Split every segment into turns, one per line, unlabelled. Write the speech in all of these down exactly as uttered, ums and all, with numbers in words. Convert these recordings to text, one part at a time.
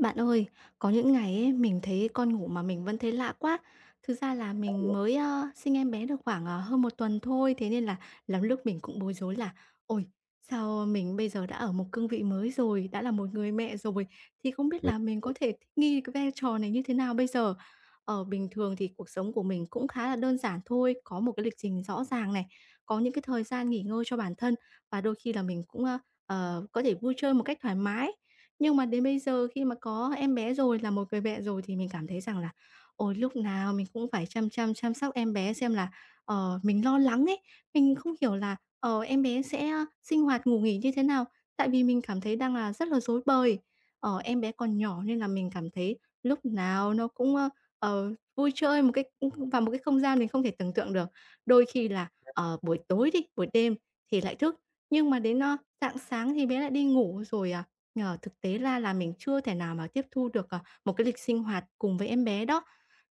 Bạn ơi, có những ngày ấy, mình thấy con ngủ mà mình vẫn thấy lạ quá. Thực ra là mình mới, ơ, sinh em bé được khoảng, ờ, hơn một tuần thôi, thế nên là lắm lúc mình cũng bối rối là "Ôi, sao mình bây giờ đã ở một cương vị mới rồi, đã là một người mẹ rồi, thì không biết
Mình
là mình có thể thích nghi cái vai trò này như thế nào bây giờ?" ở bình thường thì cuộc sống của mình cũng khá là đơn giản thôi, có một cái lịch trình rõ ràng này, có những cái thời gian nghỉ ngơi cho bản thân và đôi khi là mình cũng, ờ, có thể vui chơi một cách thoải mái. Nhưng mà đến bây giờ khi mà có em bé rồi, là một người mẹ rồi thì mình cảm thấy rằng là, ôi, lúc nào mình cũng phải chăm chăm chăm sóc em bé xem là, ờ, mình lo lắng ấy, mình không hiểu là, ờ, em bé sẽ sinh hoạt, ngủ nghỉ như thế nào, tại vì mình cảm thấy đang là rất là rối bời. Ờ, em bé còn nhỏ nên là mình cảm thấy lúc nào nó cũng, ơ, ờ, vui chơi một cái vào một cái không gian mình không thể tưởng tượng được. Đôi khi là, ờ, buổi tối đi, buổi đêm thì lại thức, nhưng mà đến, ơ, rạng sáng thì bé lại đi ngủ rồi à? Nhờ thực tế ra là mình chưa thể nào mà tiếp thu được, à, một cái lịch sinh hoạt cùng với em bé đó.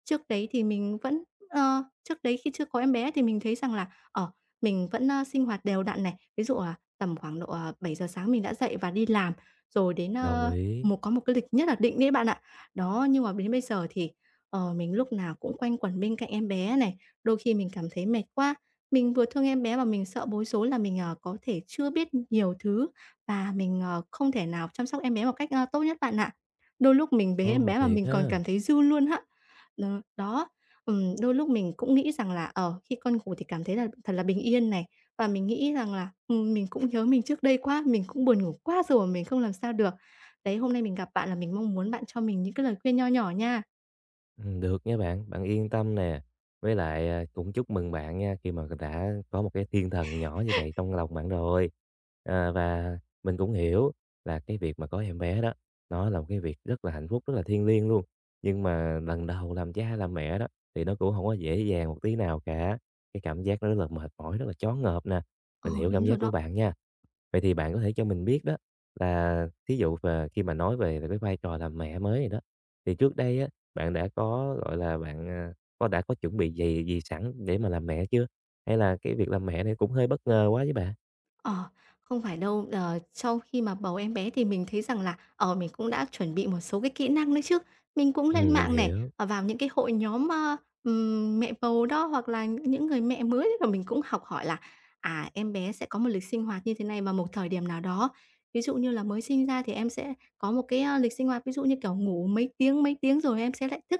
Trước đấy thì mình vẫn ờ, trước đấy khi chưa có em bé thì mình thấy rằng là, ờ, mình vẫn, a, sinh hoạt đều đặn này. Ví dụ là tầm khoảng độ, ờ, bảy giờ sáng mình đã dậy và đi làm, rồi đến,
đồng
ơ,
ý.
một có một cái lịch nhất là định đấy bạn ạ. Đó, nhưng mà đến bây giờ thì, ờ, mình lúc nào cũng quanh quẩn bên cạnh em bé này, đôi khi mình cảm thấy mệt quá, mình vừa thương em bé và mình sợ bối rối là mình, ờ, có thể chưa biết nhiều thứ và mình, ờ, không thể nào chăm sóc em bé một cách, a, tốt nhất bạn ạ. Đôi lúc mình bế em
Ồ,
bé mà
thiệt
mình còn
ha!
cảm thấy dư luôn á. Đó, đó, ừm, đôi lúc mình cũng nghĩ rằng là, ờ, khi con ngủ thì cảm thấy là thật là bình yên này, và mình nghĩ rằng là, ừm, mình cũng nhớ mình trước đây quá, mình cũng buồn ngủ quá rồi, mình không làm sao được. Đấy, hôm nay mình gặp bạn là mình mong muốn bạn cho mình những cái lời khuyên nho nhỏ nha.
Ừm, được nha bạn, bạn yên tâm nè. Với lại, à, cũng chúc mừng bạn nha, khi mà đã có một cái thiên thần nhỏ như vậy trong lòng bạn rồi. À, và mình cũng hiểu là cái việc mà có em bé đó, nó là một cái việc rất là hạnh phúc, rất là thiêng liêng luôn. Nhưng mà lần đầu làm cha làm mẹ đó, thì nó cũng không có dễ dàng một tí nào cả. Cái cảm giác nó rất là mệt mỏi, rất là choáng ngợp nè,
Ờ,
mình hiểu
đúng
cảm
rồi
giác
đó.
của bạn nha. Vậy thì bạn có thể cho mình biết đó là thí dụ về khi mà nói về cái vai trò làm mẹ mới này đó, thì trước đây á, bạn đã có, gọi là, bạn, à, có đã có chuẩn bị gì gì sẵn để mà làm mẹ chưa? Hay là cái việc làm mẹ này cũng hơi bất ngờ quá với bạn?
Ờ, không phải đâu. Ờ, Sau khi mà bầu em bé thì mình thấy rằng là, ờ, mình cũng đã chuẩn bị một số cái kỹ năng đấy chứ. Mình cũng lên
Ừm, mình
mạng này,
hiểu,
ờ, vào những cái hội nhóm, ơ, ừm, mẹ bầu đó, hoặc là những người mẹ mới và mình cũng học hỏi là, à, em bé sẽ có một lịch sinh hoạt như thế này vào một thời điểm nào đó. Ví dụ như là mới sinh ra thì em sẽ có một cái, a, lịch sinh hoạt, ví dụ như kiểu ngủ mấy tiếng, mấy tiếng rồi em sẽ lại thức.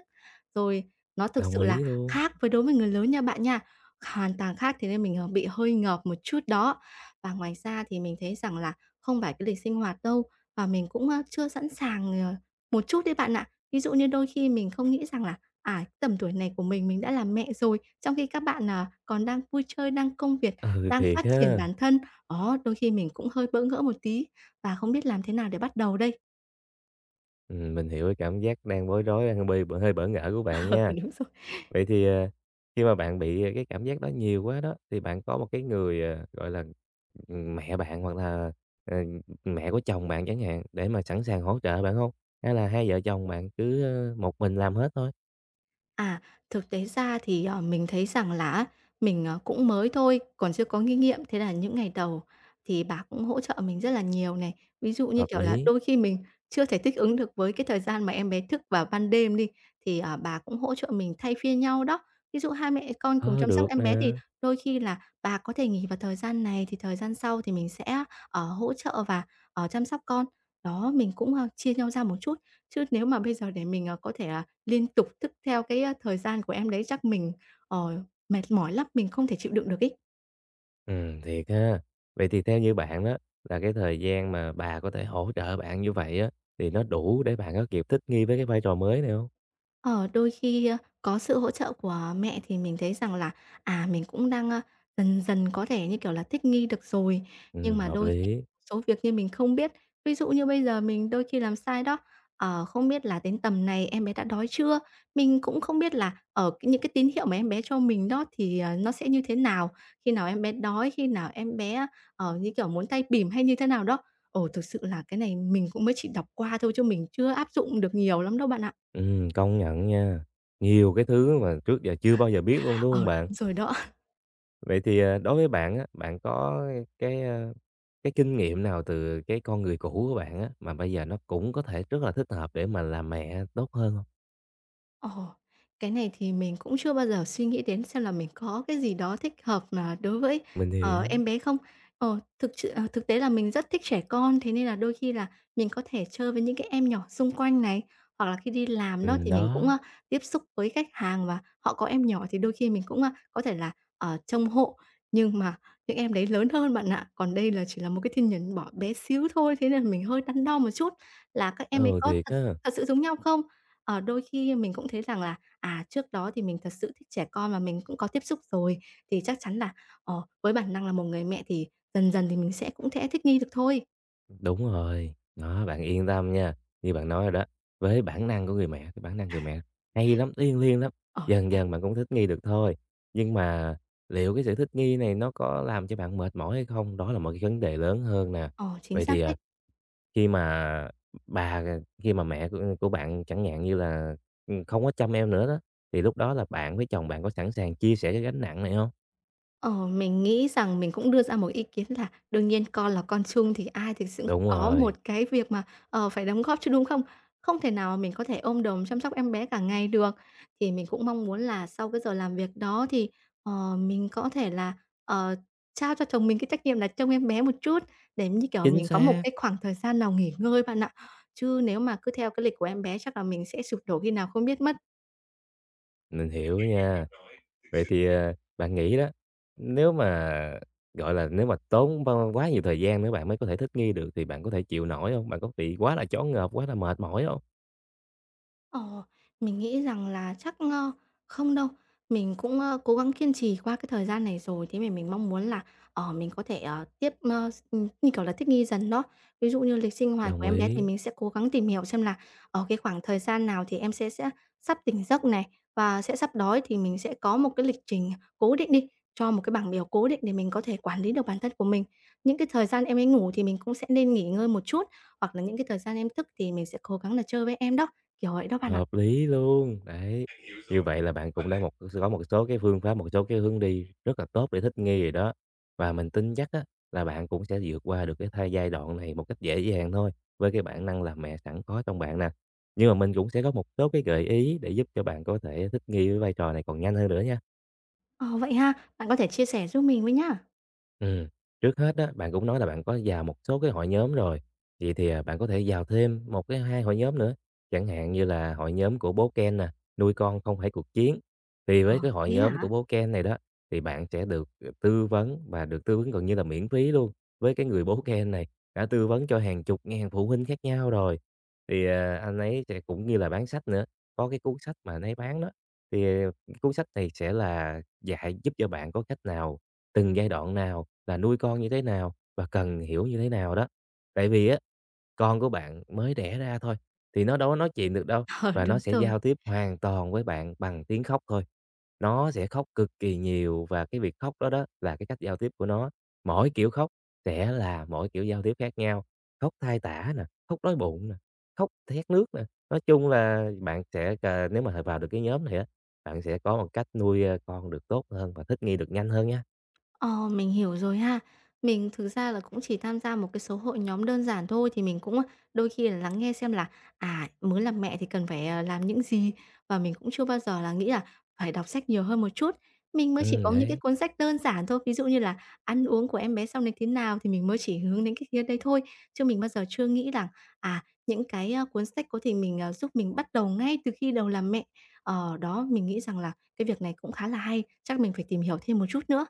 Rồi nó thực
đồng
sự là
ý luôn.
khác với đối với người lớn nha bạn nha, hoàn toàn khác, thế nên mình, ờ, bị hơi ngợp một chút đó. Và ngoài ra thì mình thấy rằng là không phải cái lịch sinh hoạt đâu, và mình cũng, a, chưa sẵn sàng, ờ, một chút đấy bạn ạ. Ví dụ như đôi khi mình không nghĩ rằng là, à, tầm tuổi này của mình, mình đã là mẹ rồi, trong khi các bạn, à, còn đang vui chơi, đang công việc,
Ừ,
đang phát
thiệt
triển
ha.
bản thân. Đó, đôi khi mình cũng hơi bỡ ngỡ một tí và không biết làm thế nào để bắt đầu đây.
Ừm, mình hiểu cái cảm giác đang bối rối, đang bơi hơi bỡ ngỡ của bạn
Ờ,
nha.
đúng rồi.
Vậy thì, à, khi mà bạn bị, à, cái cảm giác đó nhiều quá đó, thì bạn có một cái người, à, gọi là, ừm, mẹ bạn hoặc là, ờ, mẹ của chồng bạn chẳng hạn, để mà sẵn sàng hỗ trợ bạn không? Hay là hai vợ chồng bạn cứ, ơ, một mình làm hết thôi?
À, Thực tế ra thì, ờ, mình thấy rằng là mình, ờ, cũng mới thôi, còn chưa có kinh nghiệm, thế là những ngày đầu thì bà cũng hỗ trợ mình rất là nhiều này. Ví dụ như,
Hợp
kiểu là,
lý.
đôi khi mình chưa thể thích ứng được với cái thời gian mà em bé thức vào ban đêm đi, thì, ờ, bà cũng hỗ trợ mình thay phiên nhau đó. Ví dụ hai mẹ con cùng
Ờ,
chăm sóc
được
em bé thì
nè.
đôi khi là bà có thể nghỉ vào thời gian này, thì thời gian sau thì mình sẽ, ờ, hỗ trợ và, ờ, chăm sóc con. Đó, mình cũng, ơ, chia nhau ra một chút, chứ nếu mà bây giờ để mình, ờ, có thể, à, liên tục thức theo cái, a, thời gian của em đấy chắc mình, ờ, mệt mỏi lắm, mình không thể chịu đựng được ấy.
Ừm, thiệt ha. Vậy thì theo như bạn đó, là cái thời gian mà bà có thể hỗ trợ bạn như vậy á, thì nó đủ để bạn có kịp thích nghi với cái vai trò mới này không?
Ờ, đôi khi, ơ, có sự hỗ trợ của mẹ thì mình thấy rằng là, à, mình cũng đang, ơ, dần dần có thể, như kiểu là, thích nghi được rồi. Nhưng
Ừm,
mà
hợp
đôi khi
lý.
số việc như mình không biết, ví dụ như bây giờ mình đôi khi làm sai đó, ờ, không biết là đến tầm này em bé đã đói chưa? Mình cũng không biết là, ở cái những cái tín hiệu mà em bé cho mình đó thì, ờ, nó sẽ như thế nào? Khi nào em bé đói, khi nào em bé, ờ, như kiểu, muốn tay bỉm hay như thế nào đó. Ồ, thực sự là cái này mình cũng mới chỉ đọc qua thôi chứ mình chưa áp dụng được nhiều lắm đâu bạn ạ.
Ừm, công nhận nha, nhiều cái thứ mà trước giờ chưa bao giờ biết luôn, đúng không
Ờ,
bạn?
đúng rồi đó.
Vậy thì, à, đối với bạn á, bạn có cái, a, cái kinh nghiệm nào từ cái con người cũ của bạn á, mà bây giờ nó cũng có thể rất là thích hợp để mà làm mẹ tốt hơn không?
Ồ, cái này thì mình cũng chưa bao giờ suy nghĩ đến xem là mình có cái gì đó thích hợp mà đối với,
Mình
ờ,
hiểu.
em bé không. Ờ, thực sự ờ, thực tế là mình rất thích trẻ con, thế nên là đôi khi là mình có thể chơi với những cái em nhỏ xung quanh này, hoặc là khi đi làm đó
Ừm,
thì mình cũng,
đó,
a, tiếp xúc với khách hàng và họ có em nhỏ thì đôi khi mình cũng, a, có thể là, ờ, trông hộ. Nhưng mà những em đấy lớn hơn bạn ạ, còn đây là chỉ là một cái thiên nhiên nhỏ bé xíu thôi, thế nên là mình hơi đắn đo một chút là các em ấy
ừ,
có
thiệt
thật
á.
thật sự giống nhau không? Ờ, đôi khi mình cũng thấy rằng là, à, trước đó thì mình thật sự thích trẻ con và mình cũng có tiếp xúc rồi, thì chắc chắn là, ờ, với bản năng là một người mẹ thì dần dần thì mình sẽ cũng sẽ thích nghi được thôi.
Đúng rồi, đó, bạn yên tâm nha. Như bạn nói rồi đó, với bản năng của người mẹ, cái bản năng người mẹ hay lắm, thiêng liêng lắm,
Ờ, thế
dần
à?
dần bạn cũng thích nghi được thôi. Nhưng mà liệu cái sự thích nghi này nó có làm cho bạn mệt mỏi hay không? Đó là một cái vấn đề lớn hơn nè.
Ờ, chính
Vậy
xác
thì,
đấy.
à, khi mà bà khi mà mẹ của của bạn chẳng hạn như là, ừm, không có chăm em nữa đó, thì lúc đó là bạn với chồng bạn có sẵn sàng chia sẻ cái gánh nặng này không?
Ờ, mình nghĩ rằng mình cũng đưa ra một ý kiến là đương nhiên con là con chung thì ai thì cũng
Đúng
có một
rồi,
cái việc mà, ờ, phải đóng góp chứ, đúng không? Không thể nào mình có thể ôm đồm chăm sóc em bé cả ngày được. Thì mình cũng mong muốn là sau cái giờ làm việc đó thì, ờ, mình có thể là, ờ, trao cho chồng mình cái trách nhiệm là trông em bé một chút để, như kiểu,
chính
mình có một
xác,
cái khoảng thời gian nào nghỉ ngơi bạn ạ. Chứ nếu mà cứ theo cái lịch của em bé chắc là mình sẽ sụp đổ khi nào không biết mất.
mình hiểu nha. Vậy thì, ờ, bạn nghĩ đó, nếu mà, gọi là, nếu mà tốn bao quá nhiều thời gian nữa bạn mới có thể thích nghi được thì bạn có thể chịu nổi không? Bạn có bị quá là choáng ngợp, quá là mệt mỏi không?
Ồ, mình nghĩ rằng là chắc, ơ, không đâu. Mình cũng, ơ, cố gắng kiên trì qua cái thời gian này rồi, thế mà mình mong muốn là, ờ, mình có thể, ờ, tiếp, ơ, s ừm, như kiểu là, thích nghi dần đó. Ví dụ như lịch sinh hoạt của
Đồng
em bé thì
ý,
mình sẽ cố gắng tìm hiểu xem là, ở cái khoảng thời gian nào thì em sẽ sẽ sắp tỉnh giấc này, và sẽ sắp đói thì mình sẽ có một cái lịch trình cố định đi, cho một cái bảng biểu cố định để mình có thể quản lý được bản thân của mình. Những cái thời gian em ấy ngủ thì mình cũng sẽ nên nghỉ ngơi một chút, hoặc là những cái thời gian em thức thì mình sẽ cố gắng là chơi với em đó. Kiểu vậy đó bạn ạ.
hợp lý luôn, đấy. Như vậy là bạn cũng đã một có một số cái phương pháp, một số cái hướng đi rất là tốt để thích nghi rồi đó. Và mình tin chắc á là bạn cũng sẽ vượt qua được cái thai giai đoạn này một cách dễ dàng thôi, với cái bản năng làm mẹ sẵn có trong bạn nè. Nhưng mà mình cũng sẽ có một số cái gợi ý để giúp cho bạn có thể thích nghi với vai trò này còn nhanh hơn nữa nha.
Ờ, vậy ha? Bạn có thể chia sẻ giúp mình với nhá.
Ừm, trước hết á, bạn cũng nói là bạn có vào một số cái hội nhóm rồi, vậy thì, à, bạn có thể vào thêm một cái hai hội nhóm nữa, chẳng hạn như là hội nhóm của bố Ken nè, nuôi con không phải cuộc chiến. Thì
Ờ,
với cái hội
thế
nhóm
hả?
của bố Ken này đó, thì bạn sẽ được, ờ, tư vấn và được tư vấn gần như là miễn phí luôn, với cái người bố Ken này, đã tư vấn cho hàng chục ngàn phụ huynh khác nhau rồi. Thì, à, anh ấy sẽ cũng như là bán sách nữa, có cái cuốn sách mà anh ấy bán đó, thì, ờ, cuốn sách này sẽ là dạy giúp cho bạn có cách nào từng giai đoạn nào là nuôi con như thế nào và cần hiểu như thế nào đó. Tại vì á, con của bạn mới đẻ ra thôi, thì nó đâu có nói chuyện được đâu
Ờ,
và
đúng
nó sẽ
rồi.
giao tiếp hoàn toàn với bạn bằng tiếng khóc thôi. Nó sẽ khóc cực kỳ nhiều và cái việc khóc đó đó là cái cách giao tiếp của nó. Mỗi kiểu khóc sẽ là mỗi kiểu giao tiếp khác nhau, khóc tai tả nè, khóc đói bụng nè, khóc thét nước nè. Nói chung là bạn sẽ cà nếu mà vào được cái nhóm này á, bạn sẽ có một cách nuôi, ơ, con được tốt hơn và thích nghi được nhanh hơn nha.
Ờ, mình hiểu rồi ha. Mình thực ra là cũng chỉ tham gia một cái số hội nhóm đơn giản thôi thì mình cũng, ờ, đôi khi là lắng nghe xem là, à, mới làm mẹ thì cần phải, à, làm những gì, và mình cũng chưa bao giờ là nghĩ là phải đọc sách nhiều hơn một chút. Mình mới chỉ
Ừ
có những cái
đấy.
cuốn sách đơn giản thôi, ví dụ như là ăn uống của em bé sau này thế nào thì mình mới chỉ hướng đến cái khía đây thôi, chứ mình bao giờ chưa nghĩ rằng, à, những cái, a, cuốn sách có thể mình, ờ, giúp mình bắt đầu ngay từ khi đầu làm mẹ. Ờ, đó, mình nghĩ rằng là cái việc này cũng khá là hay, chắc mình phải tìm hiểu thêm một chút nữa.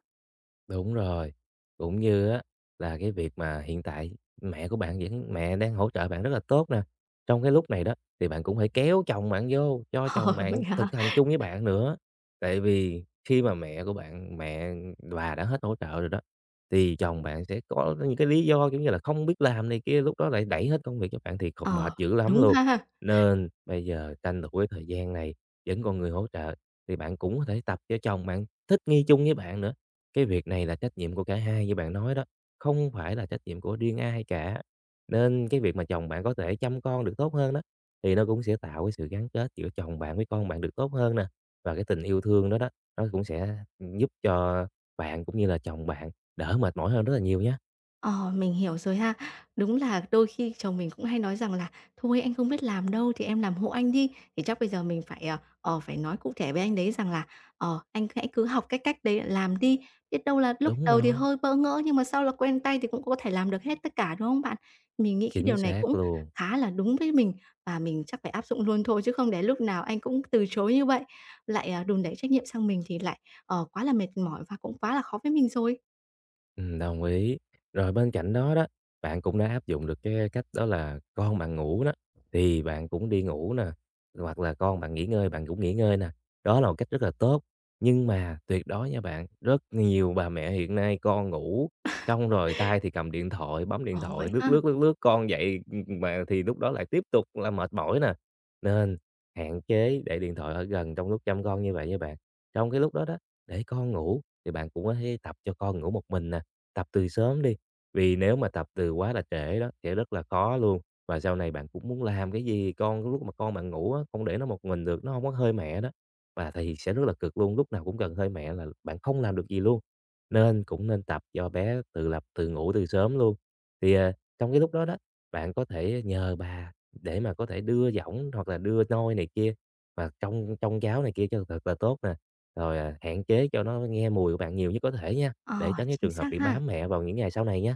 Đúng rồi, cũng như á là cái việc mà hiện tại mẹ của bạn vẫn mẹ đang hỗ trợ bạn rất là tốt nè. Trong cái lúc này đó thì bạn cũng phải kéo chồng bạn vô, cho
Ờ,
chồng
vậy
bạn
hả?
thực hành chung với bạn nữa. Tại vì khi mà mẹ của bạn, mẹ bà đã hết hỗ trợ rồi đó, thì chồng bạn sẽ có những cái lý do, giống như là, không biết làm này kia, lúc đó lại đẩy hết công việc cho bạn thì còn mệt
Ờ,
dữ lắm
đúng
luôn.
ha.
Nên bây giờ tranh thủ cái thời gian này vẫn còn người hỗ trợ thì bạn cũng có thể tập cho chồng bạn thích nghi chung với bạn nữa. Cái việc này là trách nhiệm của cả hai như bạn nói đó, không phải là trách nhiệm của riêng ai cả. Nên cái việc mà chồng bạn có thể chăm con được tốt hơn đó, thì nó cũng sẽ tạo cái sự gắn kết giữa chồng bạn với con bạn được tốt hơn nè. Và cái tình yêu thương đó đó, nó cũng sẽ giúp cho bạn cũng như là chồng bạn đỡ mệt mỏi hơn rất là nhiều nhá.
Ờ, mình hiểu rồi ha. Đúng là đôi khi chồng mình cũng hay nói rằng là "Thôi anh không biết làm đâu thì em làm hộ anh đi." Thì chắc bây giờ mình phải, ờ, ờ, phải nói cụ thể với anh đấy rằng là "Ờ, anh hãy cứ học cái cách đấy làm đi, biết đâu là lúc
Đúng
đầu thì
rồi,
hơi bỡ ngỡ nhưng mà sau là quen tay thì cũng có thể làm được hết tất cả", đúng không bạn? Mình nghĩ cái
chính
điều này
xác
cũng
luôn.
khá là đúng với mình và mình chắc phải áp dụng luôn thôi chứ không để lúc nào anh cũng từ chối như vậy, lại, à, đùn đẩy trách nhiệm sang mình thì lại, ờ, quá là mệt mỏi và cũng quá là khó với mình rồi.
Ừm, đồng ý. Rồi bên cạnh đó đó, bạn cũng đã áp dụng được cái cách đó là con bạn ngủ đó, thì bạn cũng đi ngủ nè, hoặc là con bạn nghỉ ngơi, bạn cũng nghỉ ngơi nè. Đó là một cách rất là tốt, nhưng mà tuyệt đối nha bạn, rất nhiều bà mẹ hiện nay con ngủ, xong rồi tay thì cầm điện thoại, bấm điện
Ồ, vậy
thoại, lướt,
ha.
lướt, lướt, lướt, con dậy, mà thì lúc đó lại tiếp tục là mệt mỏi nè. Nên hạn chế để điện thoại ở gần trong lúc chăm con như vậy nha bạn. Trong cái lúc đó đó, để con ngủ thì bạn cũng có thể tập cho con ngủ một mình nè. Tập từ sớm đi, vì nếu mà tập từ quá là trễ đó sẽ rất là khó luôn. Và sau này bạn cũng muốn làm cái gì con lúc mà con bạn ngủ á, không để nó một mình được, nó hông có hơi mẹ đó, và thì sẽ rất là cực luôn, lúc nào cũng cần hơi mẹ là bạn không làm được gì luôn. Nên cũng nên tập cho bé tự lập, tự ngủ từ sớm luôn. Thì, à, trong cái lúc đó đó, bạn có thể nhờ bà để mà có thể đưa giỏng hoặc là đưa nôi này kia, và trong trong cháu này kia cho thật là tốt nè, rồi, à, hạn chế cho nó nghe mùi của bạn nhiều nhất có thể nha
Ờ,
để tránh cái
chính
trường hợp
xác
bị
ha.
bám mẹ vào những ngày sau này nhé.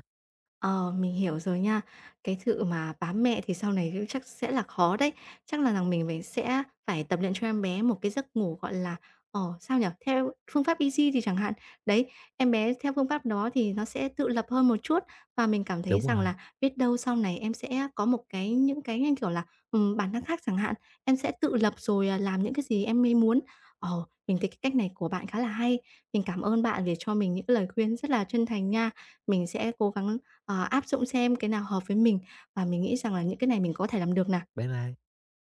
Ờ, mình hiểu rồi nha. Cái sự mà bám mẹ thì sau này cũng chắc sẽ là khó đấy. Chắc là rằng mình phải sẽ phải tập luyện cho em bé một cái giấc ngủ, gọi là, ờ, sao nhỉ? Theo phương pháp easy thì chẳng hạn. Đấy, em bé theo phương pháp đó thì nó sẽ tự lập hơn một chút và mình cảm thấy
Đúng
rằng
rồi.
là biết đâu sau này em sẽ có một cái những cái, như kiểu là, ừm, bản năng khác chẳng hạn, em sẽ tự lập rồi, à, làm những cái gì em ấy muốn. Ờ, mình thấy cái cách này của bạn khá là hay. Mình cảm ơn bạn vì cho mình những lời khuyên rất là chân thành nha. Mình sẽ cố gắng ờ, áp dụng xem cái nào hợp với mình và mình nghĩ rằng là những cái này mình có thể làm được nè.
Bye bye.